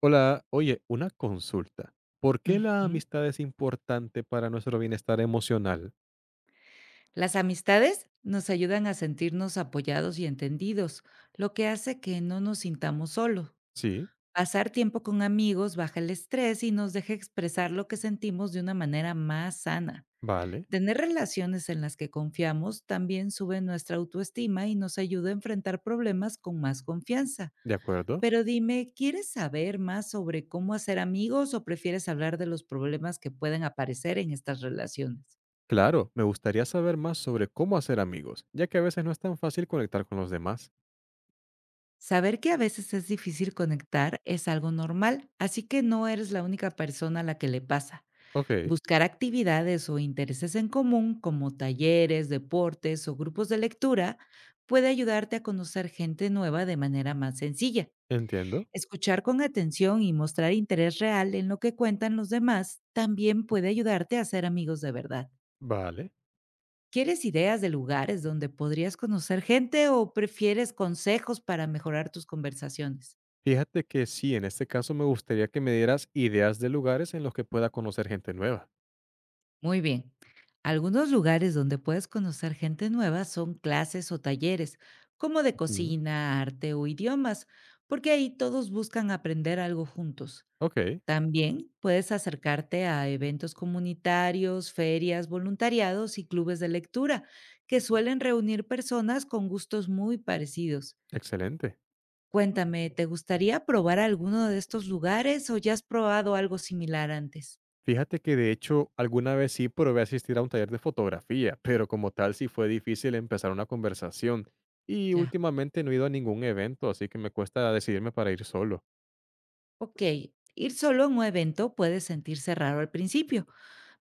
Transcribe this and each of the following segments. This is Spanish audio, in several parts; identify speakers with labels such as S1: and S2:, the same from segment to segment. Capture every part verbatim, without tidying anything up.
S1: Hola, oye, una consulta. ¿Por qué la
S2: Ujú.
S1: amistad es importante para nuestro bienestar emocional?
S2: Las amistades nos ayudan a sentirnos apoyados y entendidos, lo que hace que no nos sintamos solos.
S1: Sí,
S2: Pasar tiempo con amigos baja el estrés y nos deja expresar lo que sentimos de una manera más sana.
S1: vale,
S2: Tener relaciones en las que confiamos también sube nuestra autoestima y nos ayuda a enfrentar problemas con más confianza.
S1: de acuerdo.
S2: Pero dime, ¿quieres saber más sobre cómo hacer amigos o prefieres hablar de los problemas que pueden aparecer en estas relaciones?
S1: Claro, me gustaría saber más sobre cómo hacer amigos, ya que a veces no es tan fácil conectar con los demás.
S2: Saber que a veces es difícil conectar es algo normal, así que no eres la única persona a la que le pasa.
S1: Ok,
S2: Buscar actividades o intereses en común, como talleres, deportes o grupos de lectura, puede ayudarte a conocer gente nueva de manera más sencilla.
S1: entiendo.
S2: Escuchar con atención y mostrar interés real en lo que cuentan los demás también puede ayudarte a ser amigos de verdad.
S1: Vale.
S2: ¿Quieres ideas de lugares donde podrías conocer gente o prefieres consejos para mejorar tus conversaciones?
S1: Fíjate que sí, en este caso me gustaría que me dieras ideas de lugares en los que pueda conocer gente nueva.
S2: Muy bien. Algunos lugares donde puedes conocer gente nueva son clases o talleres, como de
S1: Ujú.
S2: cocina, arte o idiomas, porque ahí todos buscan aprender algo juntos.
S1: Ok,
S2: También puedes acercarte a eventos comunitarios, ferias, voluntariados y clubes de lectura, que suelen reunir personas con gustos muy parecidos.
S1: excelente.
S2: Cuéntame, ¿te gustaría probar alguno de estos lugares o ya has probado algo similar antes?
S1: Fíjate que de hecho alguna vez sí probé asistir a un taller de fotografía, pero como tal sí fue difícil empezar una conversación. Y
S2: Ya.
S1: últimamente no he ido a ningún evento, así que me cuesta decidirme para ir solo.
S2: Ok, ir solo a un evento puede sentirse raro al principio,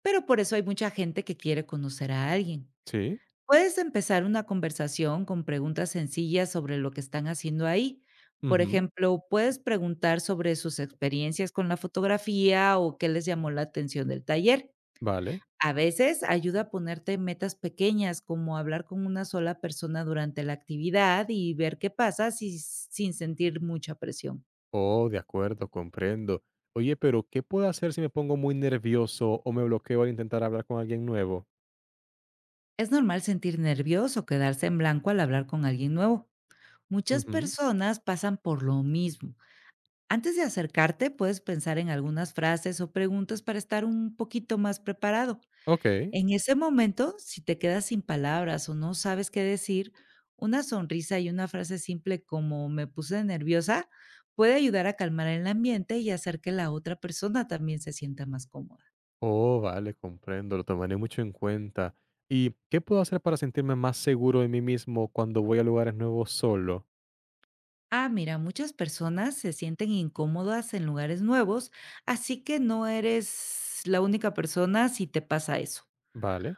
S2: pero por eso hay mucha gente que quiere conocer a alguien.
S1: ¿Sí?
S2: Puedes empezar una conversación con preguntas sencillas sobre lo que están haciendo ahí. Por
S1: Ujú.
S2: ejemplo, puedes preguntar sobre sus experiencias con la fotografía o qué les llamó la atención del taller.
S1: Vale.
S2: A veces ayuda a ponerte metas pequeñas, como hablar con una sola persona durante la actividad y ver qué pasa si- sin sentir mucha presión.
S1: Oh, de acuerdo, comprendo. Oye, pero ¿qué puedo hacer si me pongo muy nervioso o me bloqueo al intentar hablar con alguien nuevo?
S2: Es normal sentir nervios o quedarse en blanco al hablar con alguien nuevo. Muchas
S1: Ujú.
S2: personas pasan por lo mismo. Antes de acercarte, puedes pensar en algunas frases o preguntas para estar un poquito más preparado.
S1: Ok.
S2: En ese momento, si te quedas sin palabras o no sabes qué decir, una sonrisa y una frase simple como me puse nerviosa puede ayudar a calmar el ambiente y hacer que la otra persona también se sienta más cómoda.
S1: Oh, vale, comprendo, lo tomaré mucho en cuenta. ¿Y qué puedo hacer para sentirme más seguro de mí mismo cuando voy a lugares nuevos solo?
S2: Ah, mira, muchas personas se sienten incómodas en lugares nuevos, así que no eres la única persona si te pasa eso.
S1: Vale,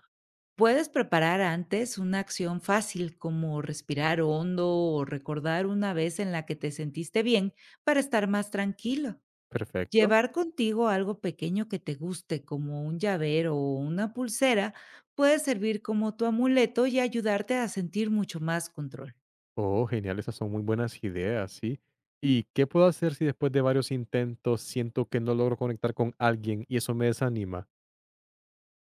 S2: Puedes preparar antes una acción fácil como respirar hondo o recordar una vez en la que te sentiste bien para estar más tranquilo.
S1: perfecto.
S2: Llevar contigo algo pequeño que te guste, como un llavero o una pulsera, puede servir como tu amuleto y ayudarte a sentir mucho más control.
S1: Oh, genial, esas son muy buenas ideas, ¿sí? ¿Y qué puedo hacer si después de varios intentos siento que no logro conectar con alguien y eso me desanima?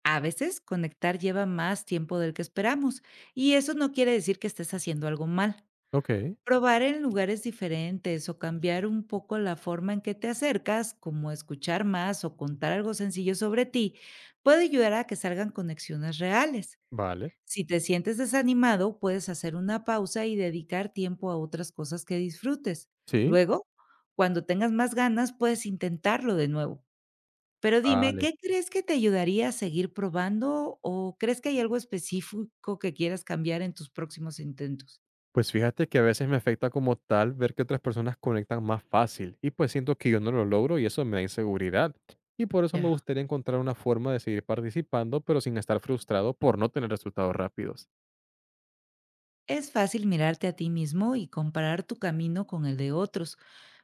S2: A veces conectar lleva más tiempo del que esperamos y eso no quiere decir que estés haciendo algo mal.
S1: Ok,
S2: Probar en lugares diferentes o cambiar un poco la forma en que te acercas, como escuchar más o contar algo sencillo sobre ti, puede ayudar a que salgan conexiones reales.
S1: vale,
S2: Si te sientes desanimado, puedes hacer una pausa y dedicar tiempo a otras cosas que disfrutes.
S1: sí,
S2: Luego, cuando tengas más ganas, puedes intentarlo de nuevo. Pero dime,
S1: vale.
S2: ¿qué crees que te ayudaría a seguir probando o crees que hay algo específico que quieras cambiar en tus próximos intentos?
S1: Pues fíjate que a veces me afecta como tal ver que otras personas conectan más fácil y pues siento que yo no lo logro y eso me da inseguridad. Y por eso me
S2: Ya.
S1: gustaría encontrar una forma de seguir participando, pero sin estar frustrado por no tener resultados rápidos.
S2: Es fácil mirarte a ti mismo y comparar tu camino con el de otros,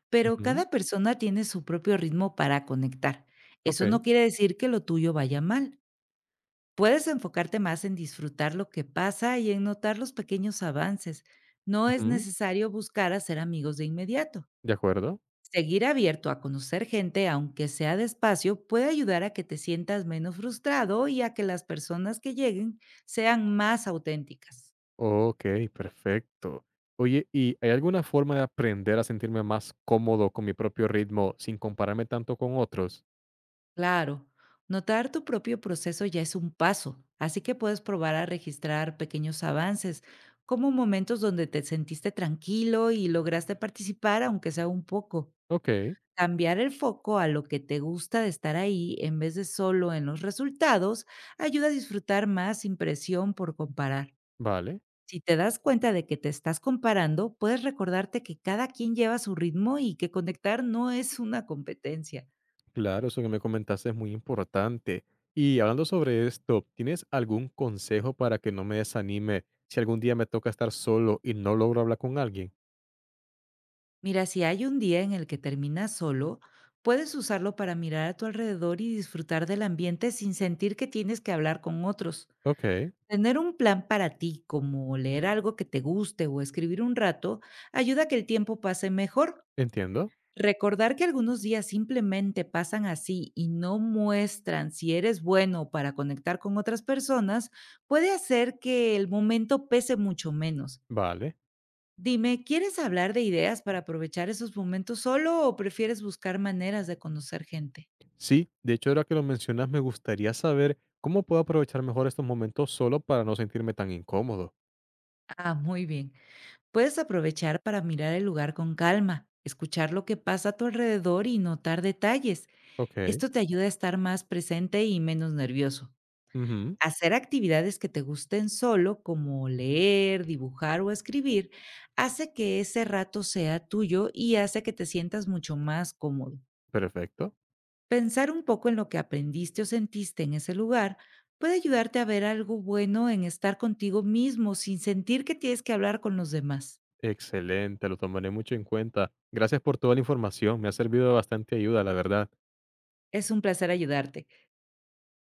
S2: pero
S1: Ujú,
S2: cada persona tiene su propio ritmo para conectar.
S1: ok,
S2: Eso no quiere decir que lo tuyo vaya mal. Puedes enfocarte más en disfrutar lo que pasa y en notar los pequeños avances. No es
S1: ujú,
S2: necesario buscar hacer amigos de inmediato.
S1: de acuerdo.
S2: Seguir abierto a conocer gente, aunque sea despacio, puede ayudar a que te sientas menos frustrado y a que las personas que lleguen sean más auténticas.
S1: Ok, perfecto. Oye, ¿y hay alguna forma de aprender a sentirme más cómodo con mi propio ritmo sin compararme tanto con otros?
S2: Claro, notar tu propio proceso ya es un paso, así que puedes probar a registrar pequeños avances, como momentos donde te sentiste tranquilo y lograste participar, aunque sea un poco.
S1: Ok,
S2: Cambiar el foco a lo que te gusta de estar ahí en vez de solo en los resultados ayuda a disfrutar más sin presión por comparar.
S1: vale.
S2: Si te das cuenta de que te estás comparando, puedes recordarte que cada quien lleva su ritmo y que conectar no es una competencia.
S1: Claro, eso que me comentaste es muy importante. Y hablando sobre esto, ¿tienes algún consejo para que no me desanime si algún día me toca estar solo y no logro hablar con alguien?
S2: Mira, si hay un día en el que terminas solo, puedes usarlo para mirar a tu alrededor y disfrutar del ambiente sin sentir que tienes que hablar con otros.
S1: Ok,
S2: Tener un plan para ti, como leer algo que te guste o escribir un rato, ayuda a que el tiempo pase mejor.
S1: entiendo.
S2: Recordar que algunos días simplemente pasan así y no muestran si eres bueno para conectar con otras personas puede hacer que el momento pese mucho menos.
S1: Vale.
S2: Dime, ¿quieres hablar de ideas para aprovechar esos momentos solo o prefieres buscar maneras de conocer gente?
S1: Sí, de hecho, ahora que lo mencionas, me gustaría saber cómo puedo aprovechar mejor estos momentos solo para no sentirme tan incómodo.
S2: Ah, muy bien. Puedes aprovechar para mirar el lugar con calma, escuchar lo que pasa a tu alrededor y notar detalles.
S1: Ok.
S2: Esto te ayuda a estar más presente y menos nervioso.
S1: Ujú.
S2: Hacer actividades que te gusten solo, como leer, dibujar o escribir, hace que ese rato sea tuyo y hace que te sientas mucho más cómodo.
S1: Perfecto.
S2: Pensar un poco en lo que aprendiste o sentiste en ese lugar puede ayudarte a ver algo bueno en estar contigo mismo sin sentir que tienes que hablar con los demás.
S1: Excelente, lo tomaré mucho en cuenta. Gracias por toda la información, me ha servido de bastante ayuda, la verdad.
S2: Es un placer ayudarte.